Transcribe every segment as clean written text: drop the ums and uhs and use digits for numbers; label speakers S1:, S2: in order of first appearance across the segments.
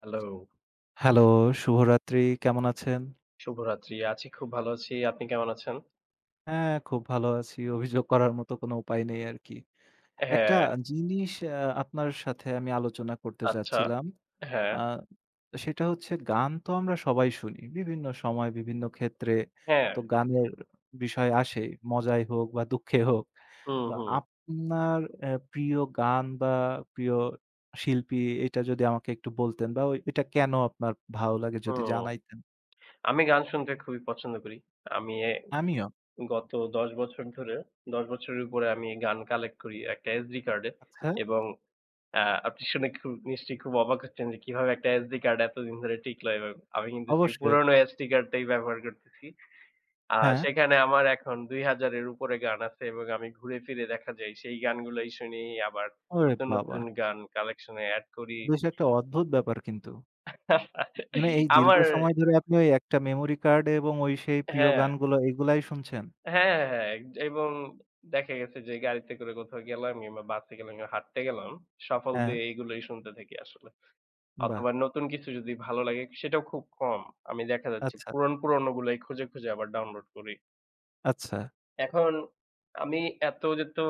S1: Hello,
S2: hello, শুভরাত্রি। কেমন আছেন?
S1: শুভরাত্রি। খুব ভালো আছি। আপনি কেমন আছেন?
S2: হ্যাঁ, খুব ভালো আছি। অভিযোগ করার মতো কোনো উপায় নেই আরকি। একটা
S1: হ্যাঁ,
S2: জিনিস আপনার সাথে আমি আলোচনা করতে
S1: আচ্ছা।
S2: চাচ্ছিলাম।
S1: হ্যাঁ,
S2: আ সেটা হচ্ছে, গান তো আমরা সবাই শুনি। বিভিন্ন সময়, বিভিন্ন ক্ষেত্রে
S1: হ্যাঁ।
S2: তো গানের বিষয় আসেই। মজায় হোক বা দুঃখে হোক।
S1: হুম,
S2: তো
S1: হুম,
S2: আপনার প্রিয় গান বা প্রিয় শিল্পী, এটা যদি আমাকে একটু বলতেন, বা ওই এটা কেন আপনার ভালো লাগে যদি
S1: হুম।
S2: জানাইতেন?
S1: আমি গান শুনতে খুবই পছন্দ করি। আমি এ
S2: আমিও।
S1: গত ১০ বছর ধরে, ১০ বছরের উপরে আমি গান কালেক্ট করি একটা এসডি কার্ডে
S2: আচ্ছা,
S1: এবং আ আপনি শুনে খুব নিশ্চয়ই খুব অবাক হচ্ছেন যে কিভাবে একটা এসডি কার্ড এতদিন ধরে টিকলো এভাবে। আমি কিন্তু সেই
S2: অবশ্যই।
S1: পুরনো এসডি কার্ডটাই ব্যবহার করতেছি। আ
S2: হ্যাঁ,
S1: সেখানে আমার এখন ২,০০০ এর উপরে গান আছে এবং আমি ঘুরে ফিরে দেখা যায় সেই গানগুলাই শুনি। আবার
S2: ওরে বাবা!
S1: নতুন গান কালেকশন এ এড করি।
S2: বেশ একটা অদ্ভুত ব্যাপার কিন্তু। মানে এই দীর্ঘ
S1: আমার
S2: সময় ধরে আপনি ওই একটা মেমোরি কার্ডে এবং ওই সেই প্রিয়
S1: হ্যাঁ,
S2: গানগুলো এগুলাই শুনছেন?
S1: হ্যাঁ, হ্যাঁ, এবং দেখা গেছে যে গাড়িতে করে কোথাও গেলাম কিংবা বাসে গেলাম কিংবা হাঁটতে গেলাম, সফল
S2: হ্যাঁ,
S1: দিয়ে এগুলোই শুনতে থাকি আসলে।
S2: বাহ!
S1: অথবা নতুন কিছু যদি ভালো লাগে সেটাও খুব কম। আমি দেখা যাচ্ছে
S2: আচ্ছা,
S1: পুরনো গুলাই খুঁজে আবার ডাউনলোড করি।
S2: আচ্ছা,
S1: এখন আমি এত যেহেতু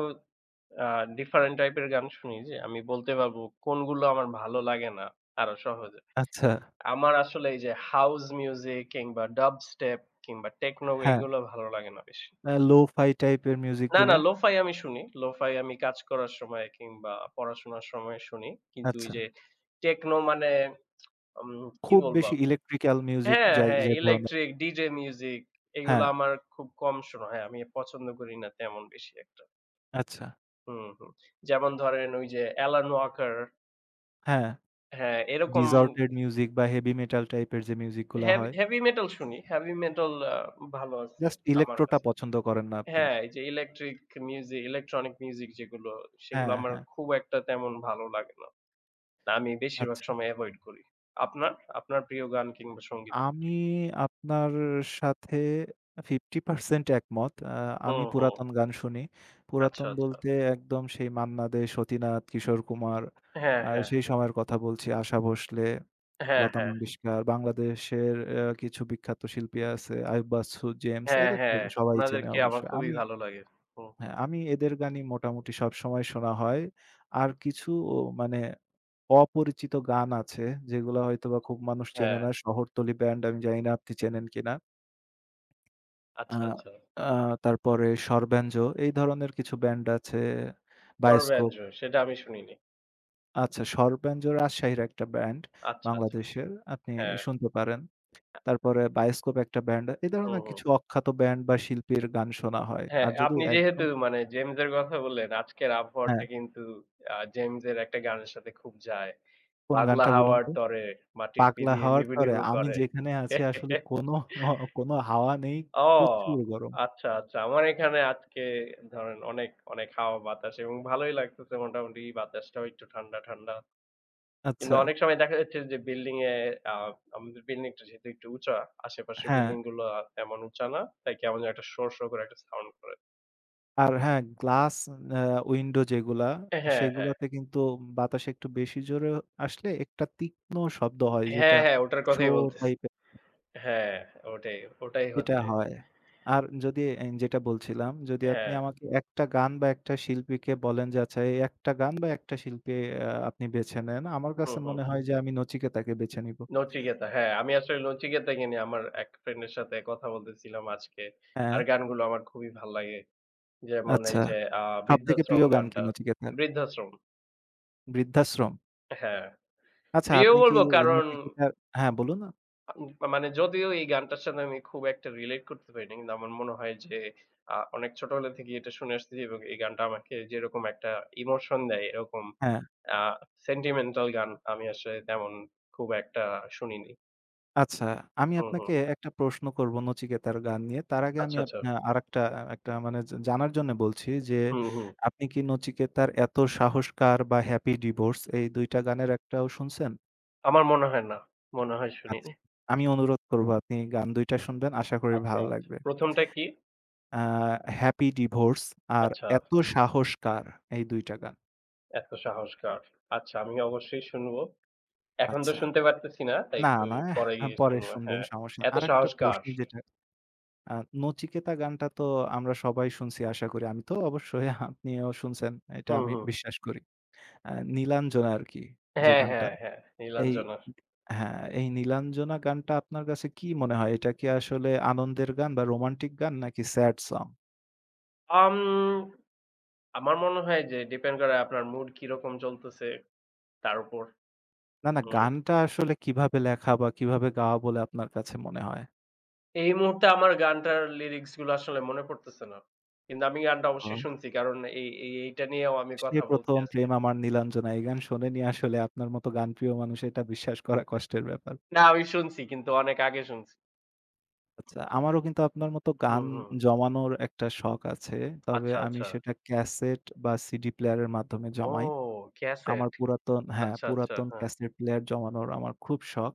S1: আ ডিফারেন্ট টাইপের গান শুনি, যে আমি বলতে পারব কোনগুলো আমার ভালো লাগে না আরো সহজে।
S2: আচ্ছা।
S1: আমার আসলে এই যে হাউস মিউজিক কিংবা ডাব স্টেপ কিংবা টেকনো
S2: হ্যাঁ,
S1: এগুলো ভালো লাগে না বেশি।
S2: লো-ফাই টাইপের মিউজিক
S1: না, না
S2: গুলা।
S1: লো-ফাই আমি শুনি। লো-ফাই আমি কাজ করার সময় কিংবা পড়াশোনার সময় শুনি। কিন্তু ওই
S2: আচ্ছা।
S1: যে টেকনো মানে কি
S2: খুব
S1: বলবো
S2: বেশি
S1: আপনাকে?
S2: ইলেকট্রিক্যাল মিউজিক,
S1: হ্যাঁ, হ্যাঁ
S2: যে ধরনের।
S1: ইলেকট্রিক ডিজে মিউজিক এগুলো
S2: হ্যাঁ,
S1: আমার খুব কম শোনা হয়। আমি পছন্দ করি না তেমন বেশি একটা।
S2: আচ্ছা।
S1: হুম, হুম। যেমন ধরেন ওই যে অ্যালান ওয়াকার,
S2: হ্যাঁ,
S1: হ্যাঁ, এরকম
S2: ডিসর্টেড মিউজিক বা হেভি মেটাল টাইপের যে মিউজিক গুলা হয়,
S1: হেভি মেটাল শুনি। হেভি মেটাল ভালো আছে
S2: জাস্ট
S1: আমার
S2: ইলেক্ট্রোটা
S1: কাছে।
S2: পছন্দ করেন না আপনি।
S1: হ্যাঁ, এই যে ইলেকট্রিক মিউজিক, ইলেকট্রনিক মিউজিক যেগুলো, সেগুলো
S2: হ্যাঁ,
S1: আমার
S2: হ্যাঁ,
S1: খুব একটা তেমন ভালো লাগে না। আমি বেশিরভাগ
S2: আচ্ছা।
S1: সময় এভয়েড করি। আপনার? আপনার প্রিয় গান কিংবা সঙ্গীত
S2: আমি
S1: কোনটি?
S2: আপনার সাথে 50% একমত। আমি
S1: হুম, হুম।
S2: পুরাতন গান শুনি।
S1: আচ্ছা,
S2: পুরাতন
S1: আচ্ছা।
S2: বলতে একদম সেই মান্না দে, সতীনাথ, কিশোর কুমার,
S1: হ্যাঁ, হ্যাঁ।
S2: সেই সময়ের কথা বলছি। আশা ভোসলে,
S1: হ্যাঁ,
S2: লতা
S1: হ্যাঁ।
S2: মঙ্গেশকর, বাংলাদেশের কিছু বিখ্যাত শিল্পী আছে। আইয়ুব বাচ্চু, জেমস,
S1: হ্যাঁ,
S2: এদের তো
S1: হ্যাঁ।
S2: সবাই চেনে
S1: উনাদেরকে আমার
S2: অবশ্যই।
S1: খুবই ভালো লাগে। হুম।
S2: হ্যাঁ, আমি এদের গানই মোটামুটি সবসময় শোনা হয়। আর কিছু ও মানে অপরিচিত গান আছে, যেগুলা হয়তোবা খুব মানুষ চেনে
S1: হ্যাঁ।
S2: না। শহরতলী ব্যান্ড আমি জানি না আপনি চেনেন কিনা? আ
S1: আচ্ছা, আচ্ছা।
S2: আ তারপরে স্বরব্যাঞ্জ, এই ধরনের কিছু ব্যান্ড আছে। বায়োস্কোপ।
S1: 'সর্বাঞ্জ' সেটা আমি শুনিনি।
S2: আচ্ছা, স্বরব্যাঞ্জ রাজশাহীর একটা ব্যান্ড,
S1: আচ্ছা, আচ্ছা।
S2: বাংলাদেশের। আপনি
S1: হ্যাঁ।
S2: শুনতে পারেন। তারপরে বায়োস্কোপ একটা ব্যান্ড। এ
S1: হুম,
S2: ধরনের
S1: হুম।
S2: কিছু অখ্যাত ব্যান্ড বা শিল্পীর গান শোনা হয়।
S1: হ্যাঁ,
S2: আর যদি
S1: আপনি
S2: একদম,
S1: যেহেতু মানে জেমস এর কথা বললেন, আজকের আবহাওয়াটা
S2: হ্যাঁ,
S1: কিন্তু জেমস এর একটা গানের সাথে খুব যায়।
S2: কোন
S1: "পাগলা
S2: গানটা বলুন
S1: হাওয়ার
S2: তো?
S1: তরে মাটির
S2: 'পাগলা
S1: পিদি
S2: হওয়ার
S1: নিবু
S2: তরে' আমি
S1: করে।"
S2: যেখানে আছি আসলে কোনো কোনো হাওয়া নেই। প্রচুর
S1: ও!
S2: গরম।
S1: আচ্ছা, আচ্ছা। আমার এখানে আজকে ধরেন অনেক হাওয়া বাতাস এবং ভালোই লাগতেছে মোটামুটি বাতাসটাও একটু ঠান্ডা। কিন্তু
S2: আচ্ছা।
S1: অনেক সময় দেখা যাচ্ছে যে বিল্ডিং এ আ আমাদের বিল্ডিংটা যেহেতু একটু উঁচা, আশেপাশের
S2: হ্যাঁ,
S1: বিল্ডিং গুলো তেমন উঁচা না। তাই কেমন যেন একটা শো করে একটা সাউন্ড করে।
S2: আর হ্যাঁ গ্লাস আ উইন্ডো যেগুলা,
S1: হ্যাঁ, হ্যাঁ।
S2: সেগুলাতে কিন্তু বাতাস একটু বেশি জোরে আসলে একটা তীক্ষ্ণ শব্দ হয় যেটা
S1: হ্যাঁ, হ্যাঁ, ওটার
S2: শো
S1: কথাই বলতেছি।
S2: টাইপের,
S1: হ্যাঁ, ওটাই, ওটাই
S2: এটা
S1: হচ্ছে।
S2: হয়। আর যদি এ যেটা বলছিলাম, যদি আপনি
S1: হ্যাঁ,
S2: আমাকে একটা গান বা একটা শিল্পীকে বলেন যে আচ্ছা এই একটা গান বা একটা শিল্পী, আপনি বেছে নেন। আমার
S1: হুম,
S2: কাছে
S1: হুম।
S2: মনে হয় যে আমি নচিকেতাকে বেছে নিব।
S1: নচিকেতা, হ্যাঁ, আমি আসলে নচিকেতাকে নিয়ে আমার এক ফ্রেন্ড এর সাথে কথা বলতেছিলাম আজকে।
S2: হ্যাঁ,
S1: তার গানগুলো আমার খুবই ভাল লাগে। যেমন এই
S2: আচ্ছা।
S1: যে আ
S2: সবথেকে
S1: বৃদ্ধাশ্রম
S2: প্রিয় গান কি
S1: গানটা।
S2: নচিকেতার?
S1: বৃদ্ধাশ্রম,
S2: বৃদ্ধাশ্রম।
S1: হ্যাঁ।
S2: আচ্ছা,
S1: প্রিয়
S2: আপনি কি
S1: বলব কারণ
S2: নচিকেতার, হ্যাঁ বলুন। না।
S1: আ মানে যদিও এই গানটার সাথে আমি খুব একটা রিলেট করতে পারি না। কিন্তু আমার মনে হয় যে অনেক ছোটবেলা থেকেই এটা শুনে আসতেছি এবং এই গানটা আমাকে যেরকম একটা ইমোশন দেয়, এরকম
S2: হ্যাঁ।
S1: আ সেন্টিমেন্টাল গান আমি আসলে তেমন খুব একটা শুনিনি।
S2: আচ্ছা, আমি
S1: হুম, হুম।
S2: আপনাকে একটা প্রশ্ন করব নচিকেতার গান নিয়ে। তার আগে
S1: আচ্ছা,
S2: আমি
S1: আচ্ছা।
S2: আরেকটা একটা, মানে জানার জন্য বলছি যে,
S1: হুম, হুম।
S2: আপনি কি নচিকেতার 'এত সাহসকার' বা 'হ্যাপি ডিভোর্স', এই ২ টা গানের একটাও শুনছেন?
S1: আমার মনে হয় না। মনে হয়
S2: আচ্ছা,
S1: শুনিনি।
S2: আমি অনুরোধ করব আপনি গান ২ টা শুনবেন। আশা করি
S1: আচ্ছা,
S2: ভালো
S1: আচ্ছা।
S2: লাগবে।
S1: ১ম টা কি?
S2: আ 'হ্যাপি ডিভোর্স' আর
S1: আচ্ছা,
S2: 'এত সাহসকার', এই ২ টা গান।
S1: এত সাহসকার। আচ্ছা আমি অবশ্যই শুনবো। এখন তো
S2: আচ্ছা।
S1: শুনতে পারতেছি না, তাই
S2: না,
S1: একটু
S2: না,
S1: পরে গিয়ে
S2: পরে
S1: শুনবো।
S2: শুনবেন।
S1: হ্যাঁ,
S2: সমস্যা,
S1: এত
S2: আরেকটা
S1: সাহসকার।
S2: প্রশ্ন যেটা, আ 'নচিকেতা' গানটা তো আমরা সবাই শুনছি আশা করি। আমি তো অবশ্যই আপনিও শুনছেন। এটা
S1: হুম,
S2: আমি
S1: হুম।
S2: বিশ্বাস করি। 'নীলাঞ্জনা' আরকি, যে
S1: হ্যাঁ,
S2: গানটা।
S1: হ্যাঁ,
S2: এই
S1: নীলাঞ্জনা।
S2: হ্যাঁ, এই 'নীলাঞ্জনা' গানটা আপনার কাছে কি মনে হয়? এটা কি আসলে আনন্দের গান বা রোমান্টিক গান, নাকি স্যাড সং?
S1: আম আমার মনে হয় যে ডিপেন্ড করে আপনার মুড কিরকম চলতেছে তার উপর।
S2: না, না,
S1: হুম।
S2: গানটা আসলে কিভাবে লেখা বা কিভাবে গাওয়া বলে আপনার কাছে মনে হয়?
S1: এই মুহূর্তে আমার গানটার লিরিক্স গুলো আসলে মনে পড়তেছে না। কিন্তু আমি গানটা
S2: আ
S1: অবশ্যই শুনছি। কারণ এই এই এইটা নিয়েও আমি
S2: সে
S1: কথা বলছি
S2: 'প্রথম
S1: আজকে।
S2: প্রেম আমার নীলাঞ্জনা' এই গান শোনেনি, আসলে আপনার মতো গানপ্রিয় মানুষ, এটা বিশ্বাস করা কষ্টের ব্যাপার।
S1: না আমি শুনছি কিন্তু অনেক আগে শুনছি।
S2: আচ্ছা, আমারও কিন্তু আপনার মতো
S1: হুম,
S2: গান
S1: হুম।
S2: জমানোর একটা শখ আছে। তবে
S1: আচ্ছা,
S2: আমি
S1: আচ্ছা।
S2: সেটা ক্যাসেট বা সিডি প্লেয়ারের মাধ্যমে
S1: ও
S2: জমাই। আমার
S1: ক্যাসেট।
S2: পুরাতন হ্যাঁ,
S1: আচ্ছা, আচ্ছা।
S2: পুরাতন
S1: হ্যাঁ।
S2: ক্যাসেট প্লেয়ার জমানোর আমার খুব শখ।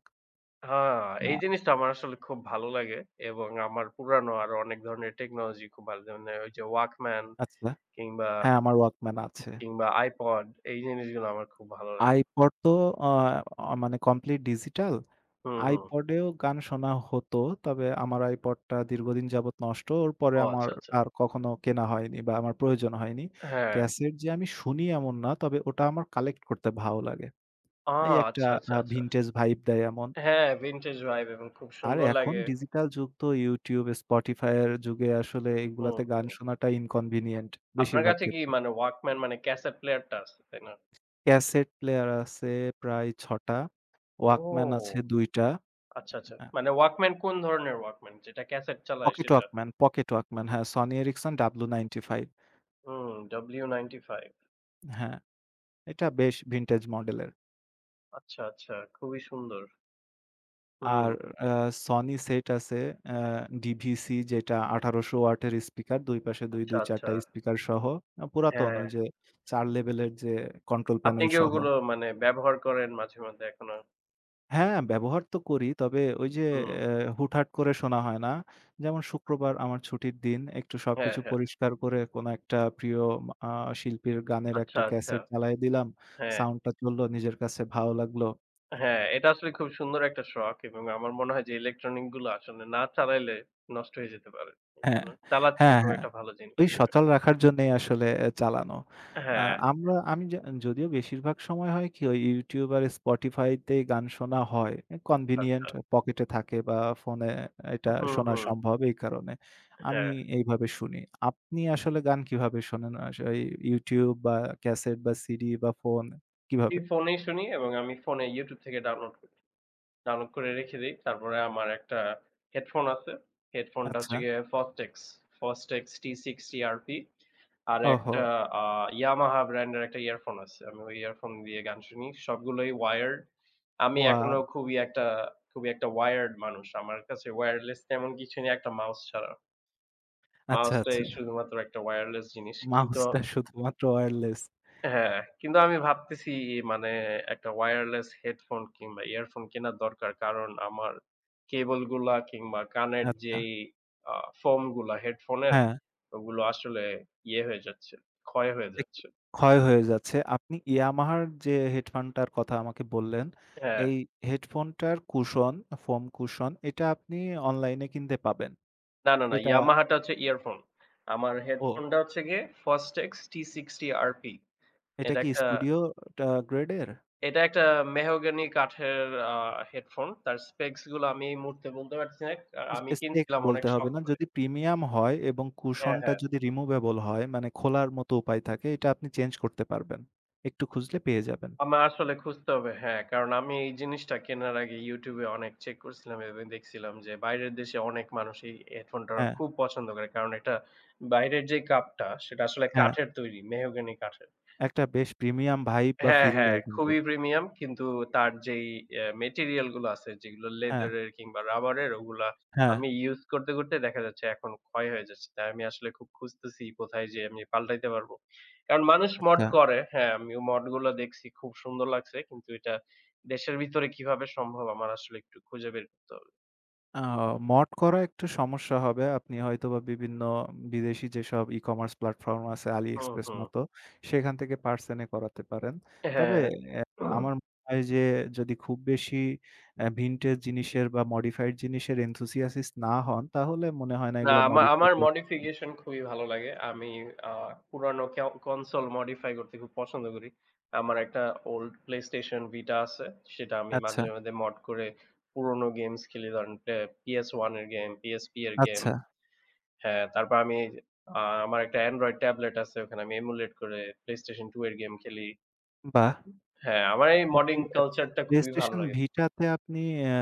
S1: হ্যাঁ,
S2: আ
S1: এই জিনিসটা আমার আসলে খুব ভালো লাগে এবং আমার পুরানো আরো অনেক ধরনের টেকনোলজি খুব ভালো লাগে। মানে ওই যে Walkman
S2: আচ্ছা।
S1: কিংবা
S2: হ্যাঁ, আমার Walkman আছে।
S1: কিংবা iPod এই জিনিসগুলো আমার খুব ভালো লাগে।
S2: iPod তো আ আ মানে কমপ্লিট ডিজিটাল।
S1: হুম, হুম।
S2: iPod এও গান শোনা হতো। তবে আমার iPod টা দীর্ঘদিন যাবৎ নষ্ট। ওর পরে
S1: ও
S2: আমার
S1: আচ্ছা, আচ্ছা।
S2: আর কখনো কেনা হয়নি বা আমার প্রয়োজন হয়নি।
S1: হ্যাঁ।
S2: ক্যাসেট যে আমি শুনি এমন না। তবে ওটা আমার কালেক্ট করতে ভালো লাগে।
S1: আ
S2: এই একটা
S1: আচ্ছা, আচ্ছা।
S2: ভিনটেজ ভাইব দেয় এমন।
S1: হ্যাঁ, vintage vibe এবং খুব
S2: আর
S1: সুন্দর
S2: এখন
S1: লাগে।
S2: ডিজিটাল যুগ, তো YouTube, Spotify এর যুগে আসলে
S1: হুম,
S2: এগুলাতে গান
S1: হুম।
S2: শোনাটা inconvenient
S1: আপনার
S2: বেশিরভাগ
S1: কাছে কি
S2: ক্ষেত্রে।
S1: মানে Walkman মানে ক্যাসেট প্লেয়ারটা আছে, তাই না?
S2: ক্যাসেট প্লেয়ার আছে প্রায় ৬ টা, Walkman আছে
S1: ও!
S2: ২ টা,
S1: আচ্ছা, আচ্ছা।
S2: হ্যাঁ,
S1: মানে Walkman কোন ধরনের Walkman? যেটা ক্যাসেট চালায়
S2: Pocket
S1: সেটা?
S2: Walkman, Pocket Walkman হ্যাঁ, Sony Ericsson W95।
S1: হুম, W95।
S2: হ্যাঁ, এটা বেশ ভিনটেজ মডেলের।
S1: আচ্ছা, আচ্ছা। খুবই সুন্দর। হুম।
S2: আর আ Sony সেট আছে, আ DVC, যেটা ১৮০০ ওয়াটের স্পিকার, ২ পাশে ২,
S1: আচ্ছা,
S2: ২, ৪
S1: আচ্ছা।
S2: টা স্পিকার সহ। পুরাতন
S1: হ্যাঁ।
S2: ওই যে ৪ লেভেলের যে কন্ট্রোল
S1: আপনি
S2: প্যানেল
S1: কি
S2: সহ।
S1: ওগুলো মানে ব্যবহার করেন মাঝে মধ্যে এখনো?
S2: হ্যাঁ, ব্যবহার তো করি। তবে ওই যে
S1: হুম।
S2: হুটহাট করে শোনা হয় না? যেমন শুক্রবার আমার ছুটির দিন। একটু
S1: হ্যাঁ,
S2: সবকিছু
S1: হ্যাঁ।
S2: পরিষ্কার করে কোনো একটা প্রিয় আ শিল্পীর গানের
S1: আচ্ছা,
S2: একটা
S1: আচ্ছা।
S2: ক্যাসেট চালায় দিলাম।
S1: হ্যাঁ।
S2: সাউন্ডটা চলল, নিজের কাছে ভালো লাগলো।
S1: হ্যাঁ, এটা আসলে খুব সুন্দর একটা শখ এবং আমার মনে হয় যে ইলেকট্রনিক গুলো আসলে না চালাইলে নষ্ট হয়ে যেতে পারে।
S2: হ্যাঁ,
S1: চালাচ্ছেন
S2: হ্যাঁ,
S1: খুব
S2: হ্যাঁ।
S1: একটা ভালো জিনিস।
S2: ওই সচল রাখার জন্যই আসলে এ চালানো। আ
S1: হ্যাঁ,
S2: আমি যদিও বেশিরভাগ সময় হয় কি, ওই YouTube আর Spotify তেই গান শোনা হয়। এ কনভিনিয়েন্ট
S1: আচ্ছা।
S2: পকেটে থাকে বা ফোনে এটা
S1: হুম,
S2: শোনা
S1: হুম।
S2: সম্ভব এই কারণে। আমি
S1: হ্যাঁ,
S2: এইভাবে শুনি। আপনি আসলে গান কিভাবে শোনেন? এই YouTube বা ক্যাসেট বা সিডি বা ফোন,
S1: আমি
S2: কিভাবে?
S1: ফোনেই শুনি এবং আমি ফোনে YouTube থেকে ডাউনলোড করি। ডাউনলোড করে রেখে দেই। তারপরে আমার একটা হেডফোন আছে। হেডফোনটা হচ্ছে
S2: আচ্ছা।
S1: গিয়ে Fostex, Fostex T60RP। আর
S2: ওহো!
S1: একটা আ Yamaha ব্র্যান্ডের একটা ইয়ারফোন আছে। আমি ওই ইয়ারফোন দিয়ে গান শুনি। সবগুলোই wired। আমি এখনো
S2: ওয়াও!
S1: খুবই একটা খুবই একটা wired মানুষ। আমার কাছে wireless তেমন কিছু নেই একটা মাউস ছাড়া।
S2: আচ্ছা,
S1: মাউসটাই
S2: আচ্ছা।
S1: শুধুমাত্র একটা wireless জিনিস। কিন্তু
S2: মাউসটা শুধুমাত্র ওয়্যারলেস।
S1: হ্যাঁ, কিন্তু আমি ভাবতেছি মানে একটা ওয়্যারলেস হেডফোন কিংবা ইয়ারফোন কেনার দরকার। কারণ আমার কেবল গুলা কিংবা কানের
S2: আচ্ছা।
S1: যেই আ ফোম গুলা হেডফোনের
S2: হ্যাঁ।
S1: ওগুলো আসলে ইয়ে হয়ে যাচ্ছে, ক্ষয় হয়ে
S2: একটু
S1: যাচ্ছে।
S2: ক্ষয় হয়ে যাচ্ছে। আপনি Yamaha র যে হেডফোনটার কথা আমাকে বললেন,
S1: হ্যাঁ।
S2: এই হেডফোনটার কুশন, ফোম কুশন, এটা আপনি অনলাইনে কিনতে পাবেন।
S1: না, না,
S2: এটা
S1: Yamaha টা হচ্ছে ইয়ারফোন। আমার
S2: ও
S1: হেডফোনটা হচ্ছে গিয়ে Fostex T60RP।
S2: এটা
S1: এটা
S2: কি
S1: একটা
S2: স্টুডিও টা গ্রেডের?
S1: এটা একটা মেহগনি কাঠের আ হেডফোন। তার স্পেকস গুলো আমি এই মুহূর্তে বলতে পারছি না।
S2: আচ্ছা
S1: আমি
S2: স্টেক
S1: কিনছিলাম অনেক
S2: বলতে হবে
S1: শখ
S2: না।
S1: করে।
S2: যদি প্রিমিয়াম হয় এবং
S1: হ্যাঁ,
S2: কুশনটা
S1: হ্যাঁ।
S2: যদি রিমুভেবল হয়, মানে খোলার মতো উপায় থাকে, এটা আপনি চেঞ্জ করতে পারবেন। একটু খুঁজলে পেয়ে যাবেন।
S1: আমার আসলে খুঁজতে হবে, হ্যাঁ, কারণ আমি এই জিনিসটা কেনার আগে YouTube এ অনেক চেক করছিলাম এবং দেখছিলাম যে বাইরের দেশে অনেক মানুষ এই হেডফোনটা
S2: হ্যাঁ,
S1: খুব পছন্দ করে। কারণ এটা বাইরের যে কাপটা সেটা আসলে
S2: হ্যাঁ।
S1: কাঠের তৈরি, মেহগনি কাঠের।
S2: একটা বেশ প্রিমিয়াম ভাইব বা
S1: হ্যাঁ,
S2: ফিল
S1: হ্যাঁ,
S2: দেয় কিন্তু।
S1: খুবই প্রিমিয়াম। কিন্তু তার যেই মেটেরিয়াল গুলো আছে যেগুলো
S2: হ্যাঁ,
S1: লেদারের কিংবা রাবারের ওগুলা
S2: হ্যাঁ।
S1: আমি করতে দেখা যাচ্ছে এখন ক্ষয় হয়ে যাচ্ছে। তাই আমি আসলে খুব খুঁজতেছি কোথায় যেয়ে আমি পাল্টাইতে পারবো। কারণ মানুষ মড
S2: আচ্ছা।
S1: করে। হ্যাঁ, আমিও মড গুলো দেখছি খুব সুন্দর লাগছে। কিন্তু এটা দেশের ভিতরে কিভাবে সম্ভব আমার আসলে একটু খুঁজে বের করতে হবে।
S2: আ মড করা একটু সমস্যা হবে। আপনি হয়তোবা বিভিন্ন বিদেশি যেসব ই-কমার্স প্ল্যাটফর্ম আছে,
S1: হুম,
S2: AliExpress
S1: হুম।
S2: মতো, সেখান থেকে পার্সেনে করাতে পারেন। তবে
S1: হ্যাঁ।
S2: অ্যা আমার মনে হয় যে, যদি খুব বেশি ভিনটেজ জিনিসের বা মডিফাইড জিনিসের enthusiastic না হন, তাহলে মনে হয় না
S1: না,
S2: এগুলা মডিফাই
S1: আমার
S2: করে।
S1: মডিফিকেশন খুবই ভালো লাগে। আমি আ পুরানো কনসোল মডিফাই করতে খুব পছন্দ করি। আমার একটা ওল্ড PlayStation Vita আছে। সেটা আমি
S2: আচ্ছা,
S1: মাঝে মড করে পুরনো গেমস খেলি। ধরেন পে PS1 এর গেম, PSP এর গেম।
S2: আচ্ছা,
S1: হ্যাঁ, তারপর আমি আ আমার একটা Android ট্যাবলেট আছে। ওখানে আমি এমুলেট করে PlayStation 2 এর গেম খেলি।
S2: বাহ!
S1: হ্যাঁ, আমার এই মডিং
S2: আপনি আপ
S1: কালচারটা খুবই ভালো
S2: PlayStation
S1: লাগে।
S2: Vita তে আপনি অ্যা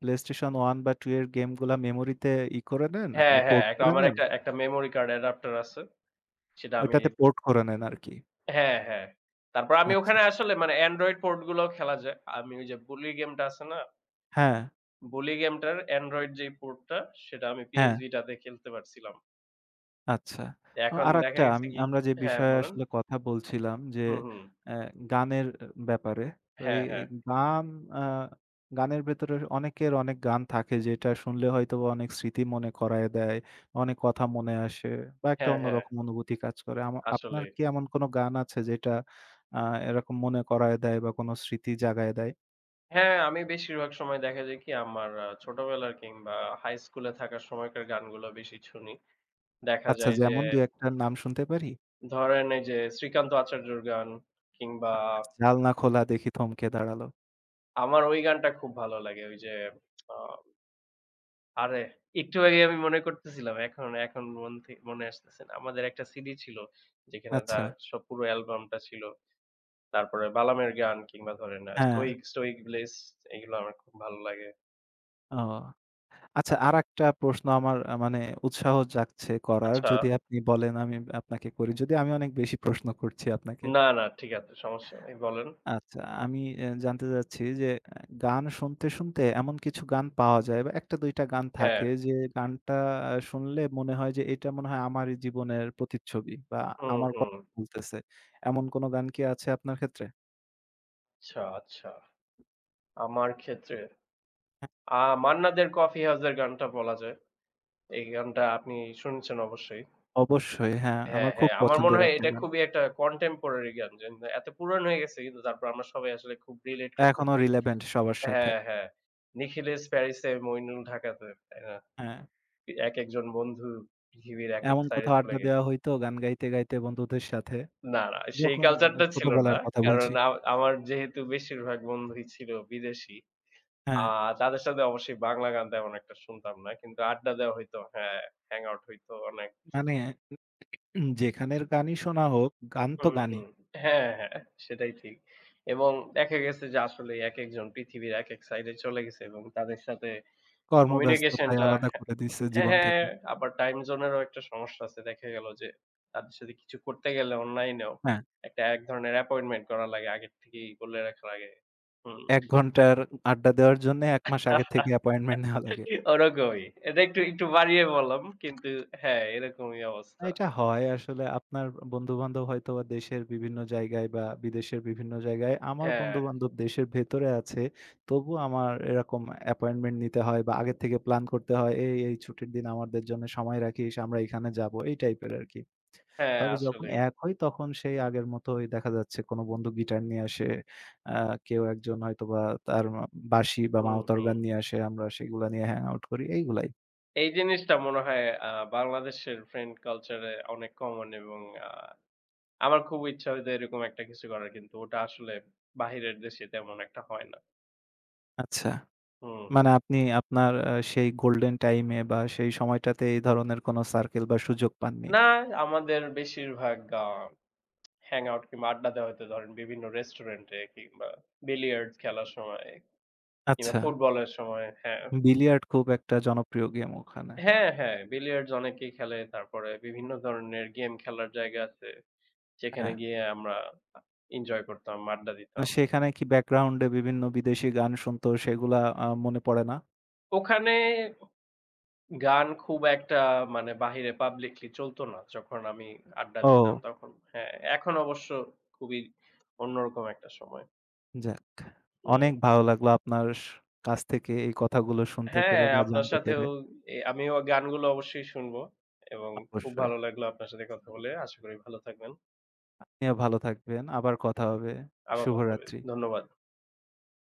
S2: PlayStation 1 বা 2 এর গেমগুলা মেমোরিতে করে নেন,
S1: হ্যাঁ, হ্যাঁ,
S2: পোর্ট
S1: একটা
S2: করে
S1: আমার
S2: নেন।
S1: একটা একটা মেমোরি কার্ড অ্যাডাপ্টার আছে। সেটা আমি
S2: ওইটাতে পোর্ট করে নেন আরকি।
S1: হ্যাঁ, হ্যাঁ। তারপর আমি
S2: আচ্ছা।
S1: ওখানে আসলে মানে Android পোর্ট গুলোও খেলা যায়। আমি ওই যে বুলি গেমটা আছে না?
S2: হ্যাঁ,
S1: বুলি গেমটার Android যেই পোর্টটা সেটা আমি PS
S2: হ্যাঁ,
S1: Vita তে খেলতে পারছিলাম।
S2: আচ্ছা।
S1: এখন দেখা
S2: আরেকটা,
S1: গেছে কি
S2: আমরা যে
S1: হ্যাঁ,
S2: বিষয়ে
S1: বলেন।
S2: আসলে কথা বলছিলাম যে,
S1: হুম, হুম।
S2: অ্যা গানের ব্যাপারে। তো
S1: হ্যাঁ,
S2: এই এই
S1: হ্যাঁ।
S2: গান, আ গানের ভেতরে অনেকের অনেক গান থাকে যেটা শুনলে হয়তোবা অনেক স্মৃতি মনে করায়ে দেয়, অনেক কথা মনে আসে বা একটা
S1: হ্যাঁ, হ্যাঁ।
S2: অন্যরকম অনুভূতি কাজ করে। আপনার
S1: আসলেই।
S2: কি এমন কোনো গান আছে যেটা আ এরকম মনে করায়ে দেয় বা কোনো স্মৃতি জাগায় দেয়?
S1: হ্যাঁ, আমি বেশিরভাগ সময় দেখা যায় কি আমার ছোটবেলার কিংবা হাই স্কুলে থাকার সময়কার গানগুলো বেশি শুনি। দেখা
S2: আচ্ছা,
S1: যায় যে
S2: যেমন ২-১ টার নাম শুনতে পারি?
S1: ধরেন এই যে শ্রীকান্ত আচার্যর গান কিংবা
S2: আ জালনা খোলা দেখি থমকে দাঁড়ালো।
S1: আমার ওই গানটা খুব ভালো লাগে। ওই যে আ আরে একটু আগে আমি মনে করতেছিলাম। এখন এখন মন মনে আসতেছে না। আমাদের একটা সিডি ছিল যেখানে
S2: আচ্ছা,
S1: তার সব পুরো অ্যালবামটা ছিল। তারপরে বালামের গান কিংবা ধরেন
S2: হ্যাঁ।
S1: স্টোইক ব্লেস এগুলো আমার খুব ভালো লাগে।
S2: ও, আচ্ছা, আরেকটা প্রশ্ন আমার, মানে উৎসাহ জাগছে করার।
S1: আচ্ছা,
S2: যদি আপনি বলেন, আমি আপনাকে করি। যদি আমি অনেক বেশি প্রশ্ন করছি আপনাকে।
S1: না, না ঠিক আছে সমস্যা নেই, বলেন।
S2: আচ্ছা, আমি জানতে চাচ্ছি যে, গান শুনতে, শুনতে এমন কিছু গান পাওয়া যায় বা ১ টা ২ টা গান
S1: হ্যাঁ,
S2: থাকে যে গানটা শুনলে মনে হয় যে এটা মনে হয় আমারই জীবনের প্রতিচ্ছবি বা
S1: হুম,
S2: আমার
S1: হুম।
S2: কথা বলতেছে। এমন কোন গান কি আছে আপনার ক্ষেত্রে?
S1: আচ্ছা, আচ্ছা। আমার ক্ষেত্রে
S2: হ্যাঁ,
S1: মান্না দের কফি হাউস এর গানটা বলা যায়। এই গানটা আপনি শুনেছেন অবশ্যই।
S2: অবশ্যই, হ্যাঁ, আমার
S1: হ্যাঁ,
S2: খুব
S1: হ্যাঁ। আমার মনে
S2: পছন্দের
S1: হয়
S2: একটা
S1: এটা
S2: গান।
S1: খুবই একটা কনটেম্পোরারি গান। যে এত পুরানো হয়ে গেছে কিন্তু তারপর আমরা সবাই আসলে খুব রিলেট করতে
S2: এখনো
S1: পারি।
S2: রিলেভেন্ট সবার সাথে।
S1: হ্যাঁ, হ্যাঁ। নিখিলেশ প্যারিসে, মইনুল ঢাকাতে। তাই না?
S2: হ্যাঁ।
S1: একেকজন বন্ধু পৃথিবীর একেক
S2: এমন
S1: সাইডে
S2: কোথাও
S1: চলে
S2: আড্ডা
S1: গেছে।
S2: দেওয়া হইতো গান গাইতে, গাইতে বন্ধুদের সাথে।
S1: না, না সেই
S2: যখন
S1: কালচারটা ছিল না।
S2: ছোটবেলার কথা
S1: কারণ
S2: বলছি।
S1: আমার যেহেতু বেশিরভাগ বন্ধুই ছিল বিদেশী। আ
S2: হ্যাঁ,
S1: তাদের সাথে অবশ্যই বাংলা গান তেমন একটা শুনতাম না। কিন্তু আড্ডা দেওয়া হইতো। হ্যাঁ, হ্যাং আউট হইতো অনেক।
S2: মানে যেখানের গানই শোনা হোক, গান তো
S1: হুম,
S2: গানই।
S1: হুম। হ্যাঁ, হ্যাঁ, সেটাই ঠিক। এবং দেখা গেছে যে আসলে একেকজন পৃথিবীর একেক সাইডে চলে গেছে এবং তাদের সাথে কমিউনিকেশন
S2: কর্মব্যস্ততায়
S1: টা
S2: আলাদা করে দিছে জীবন
S1: হ্যাঁ,
S2: থেকে।
S1: আবার টাইম জোনেরও একটা সমস্যা আছে। দেখা গেল যে তাদের সাথে কিছু করতে গেলে অনলাইনেও
S2: হ্যাঁ,
S1: একটা এক ধরনের অ্যাপয়েন্টমেন্ট করা লাগে। আগের থেকেই বলে রাখা লাগে। হুম,
S2: ১ ঘন্টার আড্ডা দেওয়ার জন্য ১ মাস আগে থেকে অ্যাপয়েন্টমেন্ট নেওয়া লাগে।
S1: ওরকমই। এটা একটু বাড়িয়ে বললাম। কিন্তু হ্যাঁ, এরকমই অবস্থা।
S2: এটা হয় আসলে, আপনার বন্ধু-বান্ধব হয়তোবা দেশের বিভিন্ন জায়গায় বা বিদেশের বিভিন্ন জায়গায়। আমার
S1: হ্যাঁ,
S2: বন্ধু-বান্ধব দেশের ভেতরে আছে। তবুও আমার এরকম অ্যাপয়েন্টমেন্ট নিতে হয় বা আগের থেকে প্ল্যান করতে হয়। এই ছুটির দিন আমাদের জন্য সময় রাখিস, আমরা এখানে যাবো। এই টাইপের আরকি।
S1: হ্যাঁ
S2: তবে যখন
S1: আসলেই।
S2: এক হই তখন সেই আগের মতোই দেখা যাচ্ছে কোনো বন্ধু গিটার নিয়ে আসে। আ কেউ একজন হয়তোবা তার বাঁশি বা
S1: হুম,
S2: মাউথ
S1: হুম।
S2: অর্গান নিয়ে আসে। আমরা সেগুলা নিয়ে হ্যাং আউট করি। এইগুলাই।
S1: এই জিনিসটা মনে হয় আ বাংলাদেশের ফ্রেন্ড কালচার এ অনেক কমন এবং আ আমার খুব ইচ্ছা হইতো এরকম একটা কিছু করার। কিন্তু ওটা আসলে বাহিরের দেশে তেমন একটা হয় না।
S2: আচ্ছা।
S1: হুম।
S2: মানে আপনি আপনার সেই গোল্ডেন টাইম এ বা সেই সময়টাতে এই ধরনের কোন সার্কেল বা সুযোগ পাননি।
S1: না আমাদের বেশিরভাগ হ্যাং আউট কিংবা আড্ডা দেওয়া হয়তো ধরেন বিভিন্ন রেস্টুরেন্টে কিংবা বিলিয়ার্ডস খেলার সময় কিংবা
S2: আচ্ছা,
S1: ফুটবলের সময়। হ্যাঁ।
S2: বিলিয়ার্ড খুব একটা জনপ্রিয় গেম ওখানে।
S1: হ্যাঁ, হ্যাঁ, বিলিয়ার্ডস অনেকেই খেলে। তারপরে বিভিন্ন ধরনের গেম খেলার জায়গা আছে। সেখানে
S2: হ্যাঁ।
S1: গিয়ে আমরা আ এনজয় করতাম, আড্ডা
S2: না,
S1: দিতাম।
S2: সেখানে কি ব্যাকগ্রাউন্ডে বিভিন্ন বিদেশি গান শুনতো, সেগুলা মনে পড়ে না?
S1: ওখানে গান খুব একটা মানে বাহিরে পাবলিকলি চলতো না যখন আমি, হুম। আড্ডা দিতাম
S2: ও,
S1: তখন। হ্যাঁ, এখন অবশ্য খুবই অন্যরকম একটা সময়।
S2: যাক।
S1: হুম।
S2: অনেক ভালো লাগলো আপনার কাছ থেকে এই কথাগুলো শুনতে
S1: হ্যাঁ,
S2: পেরে বা
S1: আপনার
S2: জানতে
S1: সাথেও
S2: পেরে।
S1: আমিও গানগুলো অবশ্যই শুনবো এবং খুব
S2: অবশ্যই।
S1: ভালো লাগলো আপনার সাথে কথা বলে। আশা করি ভালো থাকবেন।
S2: আপনিও ভালো থাকবেন। আবার কথা হবে।
S1: আবার কথা হবে।
S2: শুভরাত্রি।
S1: ধন্যবাদ।